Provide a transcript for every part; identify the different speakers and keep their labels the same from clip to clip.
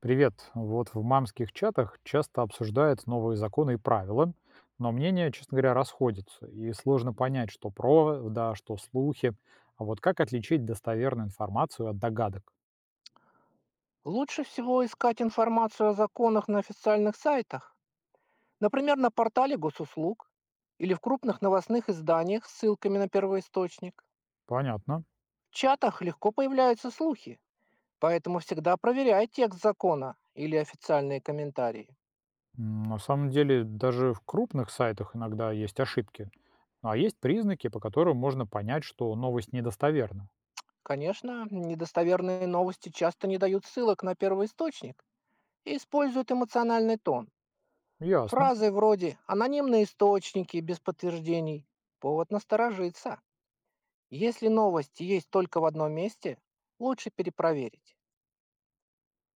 Speaker 1: Привет. Вот в мамских чатах часто обсуждают новые законы и правила, но мнения, честно говоря, расходятся, и сложно понять, что правда, а что слухи. А вот как отличить достоверную информацию от догадок?
Speaker 2: Лучше всего искать информацию о законах на официальных сайтах, например, на портале госуслуг или в крупных новостных изданиях с ссылками на первоисточник.
Speaker 1: Понятно.
Speaker 2: В чатах легко появляются слухи, поэтому всегда проверяй текст закона или официальные комментарии.
Speaker 1: На самом деле, даже в крупных сайтах иногда есть ошибки. А есть признаки, по которым можно понять, что новость недостоверна.
Speaker 2: Конечно, недостоверные новости часто не дают ссылок на первоисточник и используют эмоциональный тон.
Speaker 1: Ясно.
Speaker 2: Фразы вроде «анонимные источники без подтверждений»– повод насторожиться. Если новости есть только в одном месте, лучше перепроверить.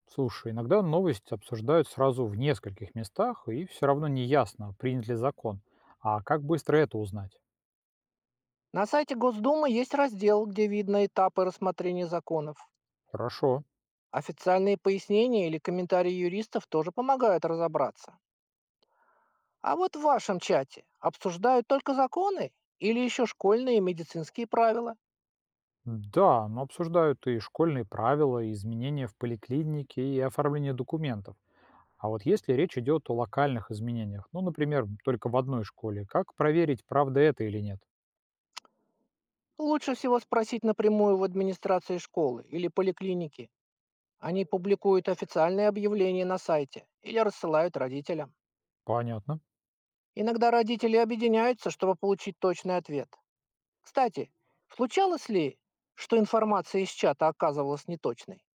Speaker 1: Слушай, иногда новость обсуждают сразу в нескольких местах, и все равно не ясно, принят ли закон. А как быстро это узнать?
Speaker 2: На сайте Госдумы есть раздел, где видно этапы рассмотрения законов.
Speaker 1: Хорошо.
Speaker 2: Официальные пояснения или комментарии юристов тоже помогают разобраться. А вот в вашем чате обсуждают только законы или еще школьные и медицинские правила?
Speaker 1: Да, но обсуждают и школьные правила, и изменения в поликлинике, и оформление документов. А вот если речь идет о локальных изменениях, ну, например, только в одной школе, как проверить, правда это или нет?
Speaker 2: Лучше всего спросить напрямую в администрации школы или поликлиники. Они публикуют официальные объявления на сайте или рассылают родителям.
Speaker 1: Понятно.
Speaker 2: Иногда родители объединяются, чтобы получить точный ответ. Кстати, случалось ли, что информация из чата оказывалась неточной?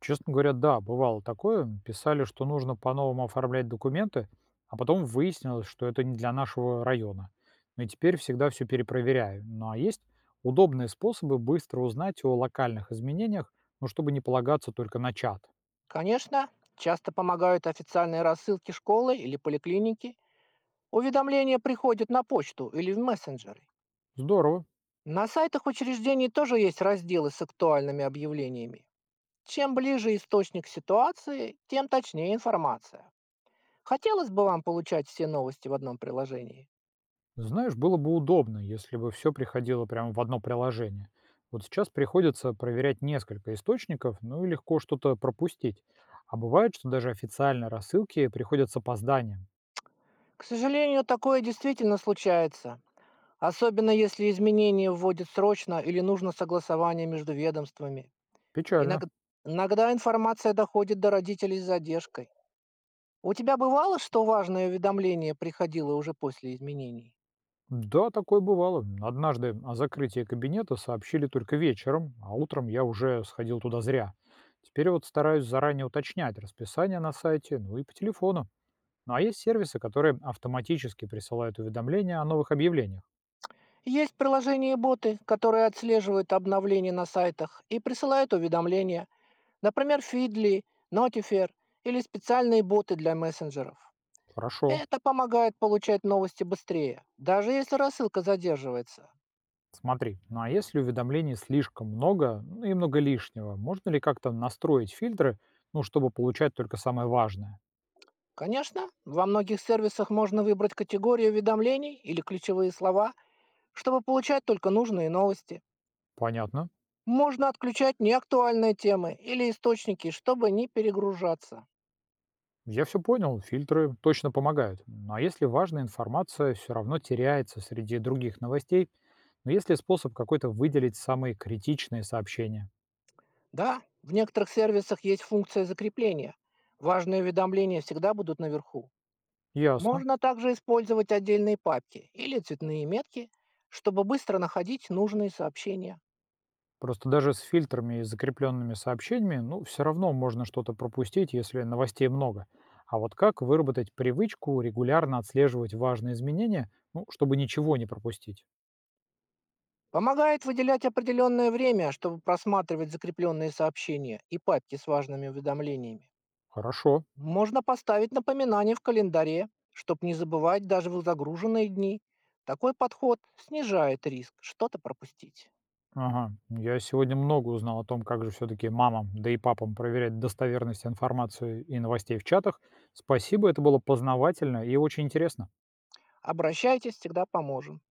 Speaker 1: Честно говоря, да, бывало такое. Писали, что нужно по-новому оформлять документы, а потом выяснилось, что это не для нашего района. Ну и теперь всегда все перепроверяю. Ну а есть удобные способы быстро узнать о локальных изменениях, ну, чтобы не полагаться только на чат.
Speaker 2: Конечно, часто помогают официальные рассылки школы или поликлиники. Уведомления приходят на почту или в мессенджеры.
Speaker 1: Здорово.
Speaker 2: На сайтах учреждений тоже есть разделы с актуальными объявлениями. Чем ближе источник ситуации, тем точнее информация. Хотелось бы вам получать все новости в одном приложении.
Speaker 1: Знаешь, было бы удобно, если бы все приходило прямо в одно приложение. Вот сейчас приходится проверять несколько источников, ну и легко что-то пропустить. А бывает, что даже официальные рассылки приходят с опозданием.
Speaker 2: К сожалению, такое действительно случается. Особенно если изменения вводят срочно или нужно согласование между ведомствами.
Speaker 1: Печально.
Speaker 2: Иног- Иногда информация доходит до родителей с задержкой. У тебя бывало, что важное уведомление приходило уже после изменений?
Speaker 1: Да, такое бывало. Однажды о закрытии кабинета сообщили только вечером, а утром я уже сходил туда зря. Теперь вот стараюсь заранее уточнять расписание на сайте, ну и по телефону. Ну а есть сервисы, которые автоматически присылают уведомления о новых объявлениях.
Speaker 2: Есть приложения и боты, которые отслеживают обновления на сайтах и присылают уведомления, например, Feedly, Notifier или специальные боты для мессенджеров.
Speaker 1: Хорошо.
Speaker 2: Это помогает получать новости быстрее, даже если рассылка задерживается.
Speaker 1: Смотри, ну а если уведомлений слишком много, ну и много лишнего, можно ли как-то настроить фильтры, ну, чтобы получать только самое важное?
Speaker 2: Конечно, во многих сервисах можно выбрать категорию уведомлений или ключевые слова, чтобы получать только нужные новости.
Speaker 1: Понятно.
Speaker 2: Можно отключать неактуальные темы или источники, чтобы не перегружаться.
Speaker 1: Я все понял, фильтры точно помогают. Ну а если важная информация все равно теряется среди других новостей, но есть ли способ какой-то выделить самые критичные сообщения?
Speaker 2: Да, в некоторых сервисах есть функция закрепления. Важные уведомления всегда будут наверху.
Speaker 1: Ясно.
Speaker 2: Можно также использовать отдельные папки или цветные метки, чтобы быстро находить нужные сообщения.
Speaker 1: Просто даже с фильтрами и закрепленными сообщениями, ну, все равно можно что-то пропустить, если новостей много. А вот как выработать привычку регулярно отслеживать важные изменения, ну, чтобы ничего не пропустить?
Speaker 2: Помогает выделять определенное время, чтобы просматривать закрепленные сообщения и папки с важными уведомлениями.
Speaker 1: Хорошо.
Speaker 2: Можно поставить напоминание в календаре, чтобы не забывать даже в загруженные дни. Такой подход снижает риск что-то пропустить.
Speaker 1: Ага. Я сегодня много узнал о том, как же все-таки мамам, да и папам проверять достоверность информации и новостей в чатах. Спасибо, это было познавательно и очень интересно.
Speaker 2: Обращайтесь, всегда поможем.